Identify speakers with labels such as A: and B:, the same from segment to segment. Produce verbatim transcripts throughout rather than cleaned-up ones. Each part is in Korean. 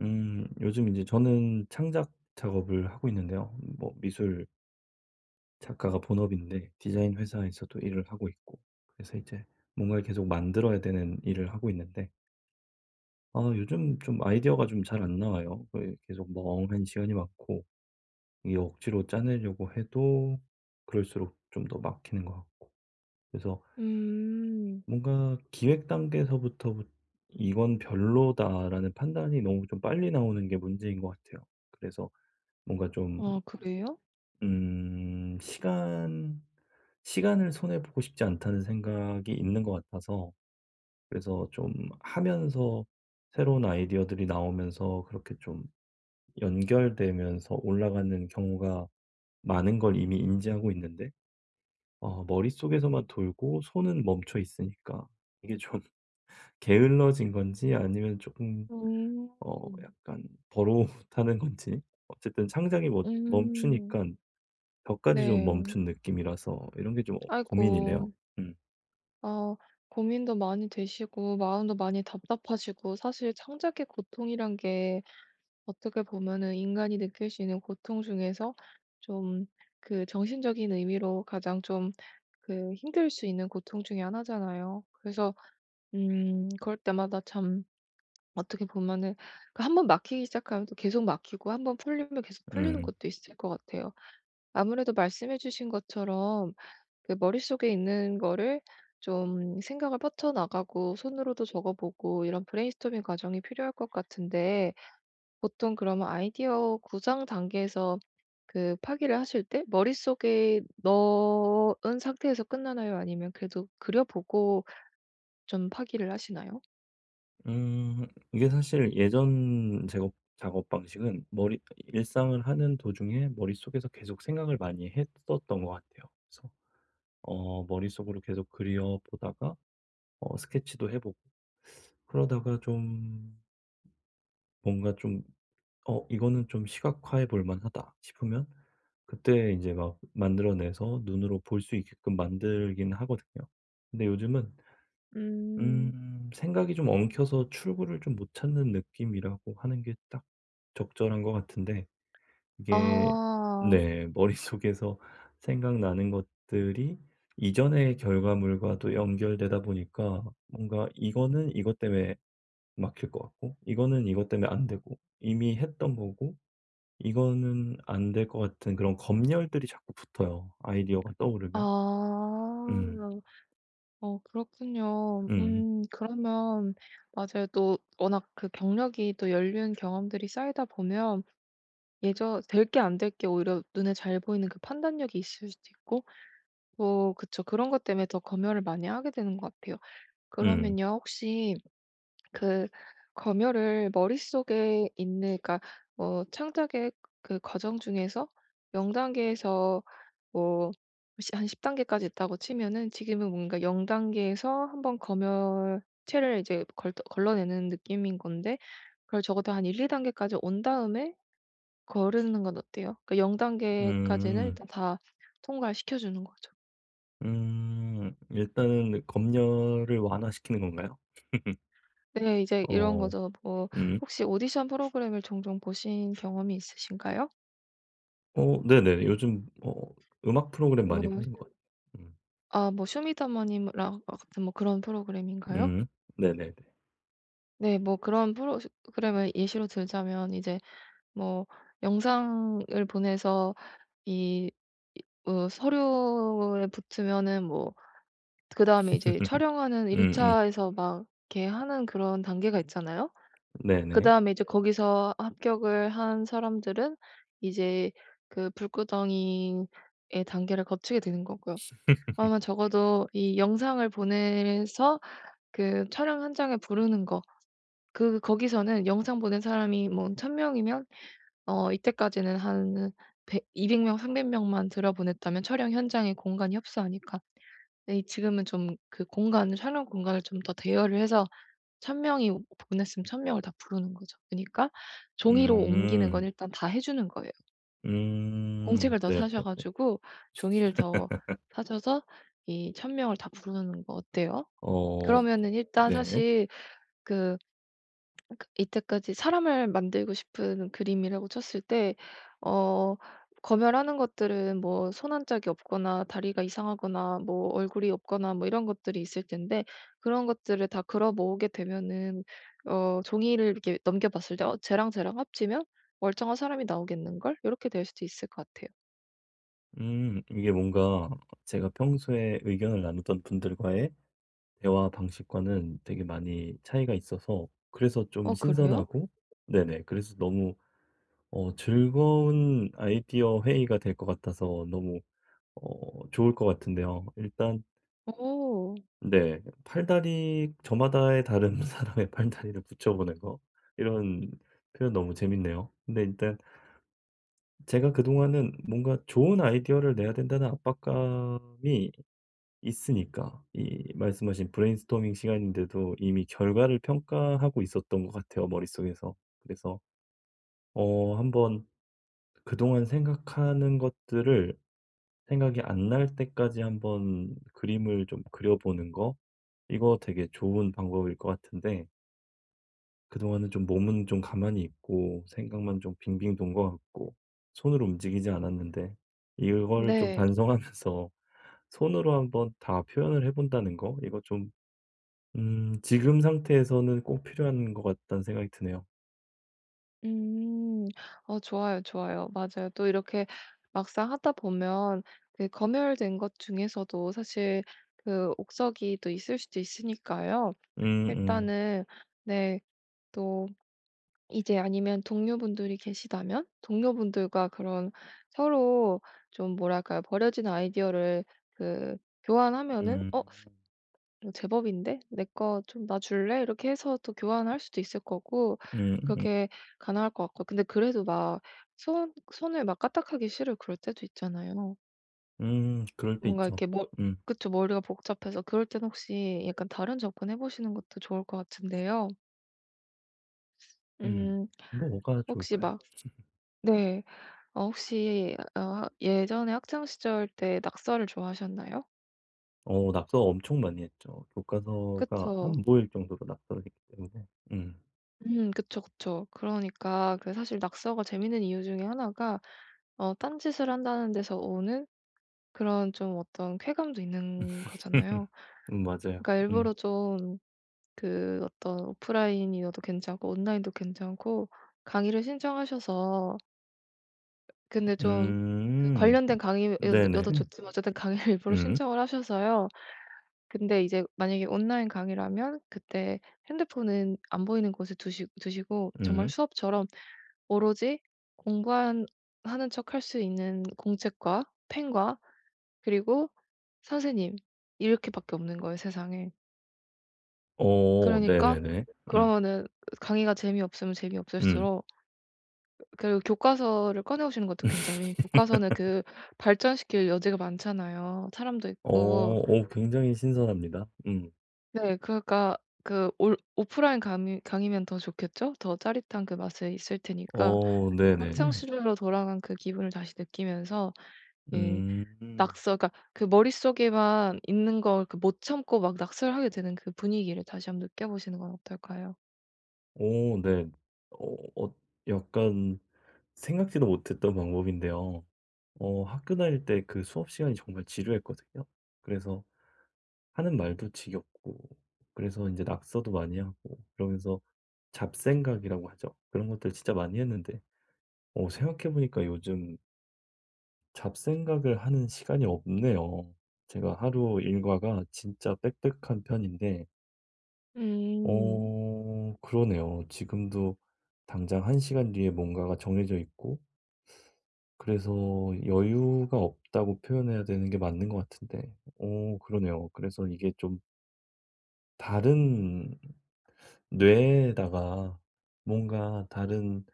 A: 음 요즘 이제 저는 창작 작업을 하고 있는데요. 뭐 미술 작가가 본업인데 디자인 회사에서도 일을 하고 있고 그래서 이제 뭔가를 계속 만들어야 되는 일을 하고 있는데 아 요즘 좀 아이디어가 좀 잘 안 나와요. 그 계속 멍한 시간이 많고 이게 억지로 짜내려고 해도 그럴수록 좀 더 막히는 것 같고 그래서
B: 음.
A: 뭔가 기획 단계에서부터 '이건 별로다.'라는 판단이 너무 좀 빨리 나오는 게 문제인 것 같아요. 그래서 뭔가
B: 아
A: 좀
B: 음. 그래요?
A: 음 시간, 시간을 손해 보고 싶지 않다는 생각이 있는 것 같아서 그래서 좀 하면서 새로운 아이디어들이 나오면서 그렇게 좀 연결되면서 올라가는 경우가 많은 걸 이미 인지하고 있는데 어 머릿속에서만 돌고 손은 멈춰 있으니까 이게 좀 게을러진 건지 아니면 조금
B: 음.
A: 어 약간 버릇하는 건지 어쨌든 창작이 멈추니
B: 음.
A: 까 벽까지 좀
B: 네.
A: 멈춘 느낌이라서 이런 게 좀 어
B: 아이고.
A: 고민이네요. 음.
B: 아, 고민도 많이 되시고 마음도 많이 답답하시고 사실 창작의 고통이란 게 어떻게 보면은 인간이 느낄 수 있는 고통 중에서 좀 그 정신적인 의미로 가장 좀 그 힘들 수 있는 고통 중에 하나잖아요. 그래서 음 그럴 때마다 참 어떻게 보면은 그 한 번 막히기 시작하면 또 계속 막히고 한 번 풀리면 계속 풀리는
A: 음.
B: 것도 있을 것 같아요. 아무래도 말씀해 주신 것처럼 그 머릿속에 있는 거를 좀 생각을 뻗쳐나가고 손으로도 적어 보고 이런 브레인스토밍 과정이 필요할 것 같은데 보통 그러면 아이디어 구상 단계에서 그 파기를 하실 때 머릿속에 넣은 상태에서 끝나나요? 아니면 그래도 그려 보고 좀 파기를 하시나요?
A: 음. 이게 사실 예전 작업 작업 방식은 머리 일상을 하는 도중에 머릿속에서 계속 생각을 많이 했었던 것 같아요. 그래서 어 머릿속으로 계속 그려 보다가 어 스케치도 해 보고 그러다가 좀 뭔가 좀 '어 이거는 좀 시각화해 볼 만하다.' 싶으면 그때 이제 막 만들어 내서 눈으로 볼 수 있게끔 만들긴 하거든요. 근데 요즘은
B: 음.
A: 음 생각이 좀 엉켜서 출구를 좀 못 찾는 느낌이라고 하는 게 딱 적절한 것 같은데 이게
B: 아.
A: 네 머릿속에서 생각나는 것들이 이전의 결과물과 또 연결되다 보니까 뭔가 이거는 이것 때문에 막힐 것 같고 이거는 이것 때문에 안 되고 이미 했던 거고 이거는 안 될 것 같은 그런 검열들이 자꾸 붙어요, 아이디어가 떠오르면.
B: 아.
A: 음.
B: 어 그렇군요.
A: 음.
B: 음 그러면 맞아요. 또 워낙 그 경력이 또 연륜 경험들이 쌓이다 보면 예전 될 게 안 될 게 오히려 눈에 잘 보이는 그 판단력이 있을 수도 있고 뭐 그쵸. 그런 것 때문에 더 검열을 많이 하게 되는 것 같아요.
A: 음.
B: 그러면요, 혹시 그 검열을 머릿속에 있는, 그러니까 뭐 창작의 그 과정 중에서 명 단계에서 뭐 시 한 십 단계까지 있다고 치면은 지금은 뭔가 영 단계에서 한번 검열체를 이제 걸 걸러내는 느낌인 건데 그걸 적어도 한 한두 단계까지 온 다음에 거르는 건 어때요? 그 영 단계까지는
A: 음.
B: 일단 다 통과를 시켜주는 거죠.
A: 음. 일단은 검열을 완화시키는 건가요?
B: 네, 이제 이런
A: 어.
B: 거죠. 뭐
A: 음.
B: 혹시 오디션 프로그램을 종종 보신 경험이 있으신가요?
A: 어 네네. 요즘 어 음악 프로그램 많이
B: 뭐
A: 보는 것 같아요. 음.
B: 아 뭐 쇼미더머니라 같은 뭐 그런 프로그램인가요?
A: 음. 네네네.
B: 네 뭐 그런 프로그램을 예시로 들자면 이제 뭐 영상을 보내서 이 이 어 서류에 붙으면은 뭐 그다음에 이제 촬영하는 일
A: 음음.
B: 차에서 막 이렇게 하는 그런 단계가 있잖아요.
A: 네네.
B: 그다음에 이제 거기서 합격을 한 사람들은 이제 그 불구덩이의 단계를 거치게 되는 거고요. 아마 적어도 이 영상을 보내서 그 촬영 현장에 부르는 거 그 거기서는 영상 보낸 사람이 뭐 천 명이면 어 이때까지는 한 백 이백 명, 삼백 명만 들여보냈다면 촬영 현장에 공간이 협소하니까 근데 이- 지금은 좀 그 공간 촬영 공간을 좀 더 대여를 해서 천 명이 보냈으면 천 명을 다 부르는 거죠. 그니까 러 종이로 옮기는 건
A: 음.
B: 일단 다 해 주는 거예요.
A: 음.
B: 공책을 더
A: 네네.
B: 사셔 가지고 종이를 더 사셔서 이 천 명을 다 부르는 거 어때요?
A: 어.
B: 그러면은 일단
A: 네.
B: 사실 그 그 이때까지 사람을 만들고 싶은 그림이라고 쳤을 때 어 검열하는 것들은 뭐 손 한 짝이 없거나 다리가 이상하거나 뭐 얼굴이 없거나 뭐 이런 것들이 있을 텐데 그런 것들을 다 걸어 모으게 되면은 어 종이를 이렇게 넘겨봤을 때 '어 쟤랑 쟤랑 합치면 멀쩡한 사람이 나오겠는걸?' 이렇게 될 수도 있을 것 같아요.
A: 음. 이게 뭔가 제가 평소에 의견을 나누던 분들과의 대화 방식과는 되게 많이 차이가 있어서 그래서 좀
B: 어 그래요?
A: 신선하고 네네. 그래서 너무 어, 즐거운 아이디어 회의가 될 것 같아서 너무 어, 좋을 것 같은데요. 일단,
B: 오,
A: 네, 팔다리, 저마다의 다른 사람의 팔다리를 붙여보는 거. 이런 표현 너무 재밌네요. 근데 일단 제가 그동안은 뭔가 좋은 아이디어를 내야 된다는 압박감이 있으니까, 이 말씀하신 브레인스토밍 시간인데도 이미 결과를 평가하고 있었던 것 같아요, 머릿속에서. 그래서, 어, 한번 그동안 생각하는 것들을 생각이 안 날 때까지 한번 그림을 좀 그려 보는 거 이거 되게 좋은 방법일 것 같은데 그동안은 좀 몸은 좀 가만히 있고 생각만 좀 빙빙 돈 것 같고 손으로 움직이지 않았는데 이거를 좀
B: 네.
A: 반성하면서 손으로 한번 다 표현을 해 본다는 거 이거 좀 음 지금 상태에서는 꼭 필요한 것 같다는 생각이 드네요.
B: 음. 어 좋아요, 좋아요. 맞아요. 또 이렇게 막상 하다 보면 그 검열된 것 중에서도 사실 그 옥석이 또 있을 수도 있으니까요.
A: 음음.
B: 일단은, 네, 또 이제 아니면 동료분들이 계시다면 동료분들과 그런 서로 좀 뭐랄까요? 버려진 아이디어를 그 교환하면은
A: 음.
B: "어 이거 제법인데? 내 거 좀 놔 줄래?" 이렇게 해서 또 교환할 수도 있을 거고
A: 음음. 음. 음,
B: 그렇게 가능할 것 같고 근데 그래도 막 손 손을 막 까딱하기 싫을 그럴 때도 있잖아요.
A: 음, 음, 그럴 때
B: 뭔가
A: 있죠.
B: 이렇게 머
A: 음.
B: 그쵸. 머리가 복잡해서 그럴 땐 혹시 약간 다른 접근해 보시는 것도 좋을 것 같은데요.
A: 음.
B: 음
A: 뭐가
B: 혹시
A: 좋을까요?
B: 막. 네. 어 혹시 어 예전에 학창 시절 때 낙서를 좋아하셨나요?
A: 어 낙서 엄청 많이 했죠. 교과서가
B: 그쵸.
A: 안 보일 정도로 낙서를 했기 때문에. 음.
B: 음 그쵸, 그쵸. 그러니까 그 사실 낙서가 재밌는 이유 중에 하나가 어 딴짓을 한다는 데서 오는 그런 좀 어떤 쾌감도 있는 거잖아요.
A: 음 맞아요.
B: 그러니까
A: 음.
B: 일부러 좀 그 어떤 오프라인이어도 괜찮고 온라인도 괜찮고 강의를 신청하셔서 근데 좀 그
A: 음.
B: 관련된 강의여 도
A: 네네.
B: 좋지만 어쨌든 강의를 일부러
A: 음.
B: 신청을 하셔서요. 근데 이제 만약에 온라인 강의라면 그때 핸드폰은 안 보이는 곳에 두시 두시고 정말
A: 음.
B: 수업처럼 오로지 공부한 하는 척할 수 있는 공책과 펜과 그리고 선생님 이렇게밖에 없는 거예요 세상에.
A: 어
B: 그러니까
A: 네네네. 음.
B: 그러면은 강의가 재미없으면
A: 음.
B: 재미없을수록 그리고 교과서를 꺼내 오시는 것도 괜찮아요. 왜냐면 교과서는 그 발전시킬 여지가 많잖아요 사람도
A: 어
B: 있고.
A: 오 굉장히 신선합니다. 음.
B: 네 그러니까 그 올 오프라인 강의 강의면 더 좋겠죠? 더 짜릿한 그 맛이 있을 테니까.
A: 어
B: 학창
A: 네네네.
B: 시절로 돌아간 그 기분을 다시 느끼면서 이
A: 음.
B: 낙서, 그러니까 그 머릿속에만 있는 걸 그 못 참고 막 낙서를 하게 되는 그 분위기를 다시 한번 느껴보시는 건 어떨까요?
A: 오오 네. 어 어 약간 생각지도 못했던 방법인데요. 어 학교 다닐 때 그 수업 시간이 정말 지루했거든요. 그래서 하는 말도 지겹고 그래서 이제 낙서도 많이 하고 그러면서 잡생각이라고 하죠. 그런 것들 진짜 많이 했는데 어 생각해 보니까 요즘 잡생각을 하는 시간이 없네요. 제가 하루 일과가 진짜 빽빽한 편인데
B: 음.
A: 어 그러네요. 지금도 당장 한 시간 뒤에 뭔가가 정해져 있고 그래서 여유가 없다고 표현해야 되는 게 맞는 것 같은데 어 그러네요. 그래서 이게 좀 다른 뇌에다가 뭔가 다른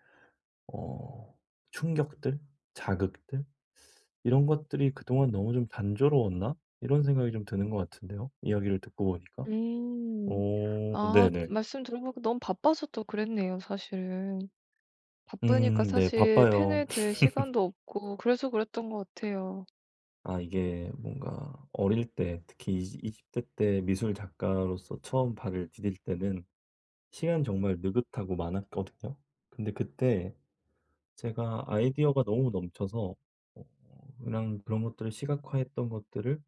A: 어 충격들, 자극들 이런 것들이 '그동안 너무 좀 단조로웠나?' 이런 생각이 좀 드는 것 같은데요, 이야기를 듣고 보니까.
B: 음.
A: 오..
B: 아,
A: 네네.
B: 말씀 들어보니까 너무 바빠서 또 그랬네요 사실은. 바쁘니까
A: 음 네
B: 사실
A: 바빠요.
B: 펜을 들 시간도 없고 그래서 그랬던 것 같아요.
A: 아 이게 뭔가 어릴 때 특히 이십20대 때 미술 작가로서 처음 발을 디딜 때는 시간 정말 느긋하고 많았거든요. 근데 그때 제가 아이디어가 너무 넘쳐서 어 그냥 그런 것들을 시각화했던 것들을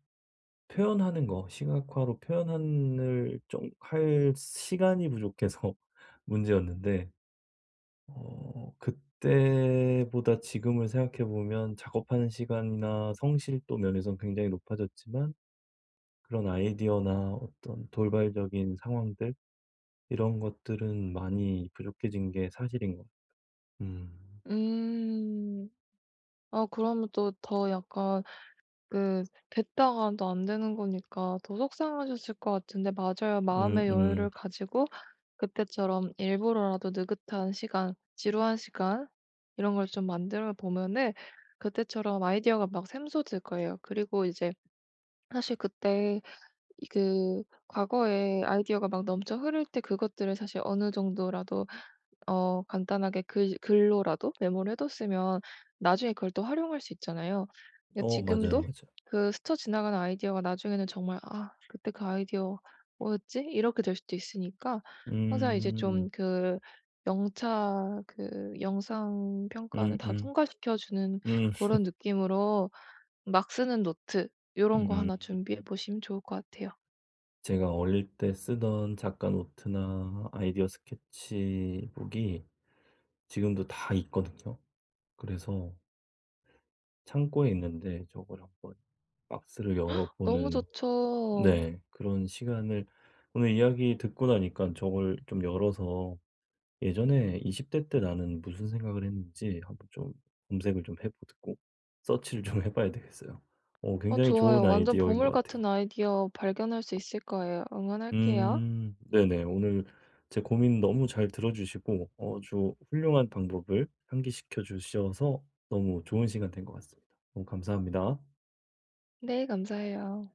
A: 표현하는 거, 시각화로 표현을 좀 할 시간이 부족해서 문제였는데 어 그때보다 지금을 생각해 보면 작업하는 시간이나 성실도 면에선 굉장히 높아졌지만 그런 아이디어나 어떤 돌발적인 상황들 이런 것들은 많이 부족해진 게 사실인 것 같아요. 음.
B: 음. 아 그러면 또 더 약간 그 뱉다가도 안 되는 거니까 더 속상하셨을 것 같은데 맞아요. 마음의
A: 음음.
B: 여유를 가지고 그때처럼 일부러라도 느긋한 시간, 지루한 시간 이런 걸 좀 만들어 보면은 그때처럼 아이디어가 막 샘솟을 거예요. 그리고 이제 사실 그때 이 그 과거에 아이디어가 막 넘쳐 흐를 때 그것들을 사실 어느 정도라도 어 간단하게 글 글로라도 메모를 해 뒀으면 나중에 그걸 또 활용할 수 있잖아요. 그러니까
A: 어 맞아요,
B: 지금도
A: 맞아요.
B: 그 스쳐 지나가는 아이디어가 나중에는 정말 '아 그때 그 아이디어 뭐였지?' 이렇게 될 수도 있으니까 항상 이제
A: 음.
B: 좀 그 영차 그 영상 평가는 다
A: 음음.
B: 통과시켜 주는
A: 음.
B: 그런 느낌으로 막 쓰는 노트 요런 거
A: 음.
B: 하나 준비해
A: 음.
B: 보시면 좋을 것 같아요.
A: 제가 어릴 때 쓰던 작가 노트나 아이디어 스케치북이 지금도 다 있거든요. 그래서 창고에 있는데 저걸 한번 박스를
B: 너무
A: 열어보는
B: 좋죠.
A: 네 그런 시간을 오늘 이야기 듣고 나니까 저걸 좀 열어서 예전에 이십 대 때 나는 무슨 생각을 했는지 한번 좀 검색을 좀 해 보고 서치를 좀 해 봐야 되겠어요. 어
B: 어,
A: 굉장히 좋은
B: 좋아요. 완전
A: 아이디어인 것
B: 보물
A: 같아요.
B: 같은 아이디어 발견할 수 있을 거예요. 응원할게요.
A: 음. 네네. 오늘 제 고민 너무 잘 들어주시고 어 주 훌륭한 방법을 상기시켜 주셔서 너무 좋은 시간 된 것 같습니다. 너무 감사합니다.
B: 네, 감사해요.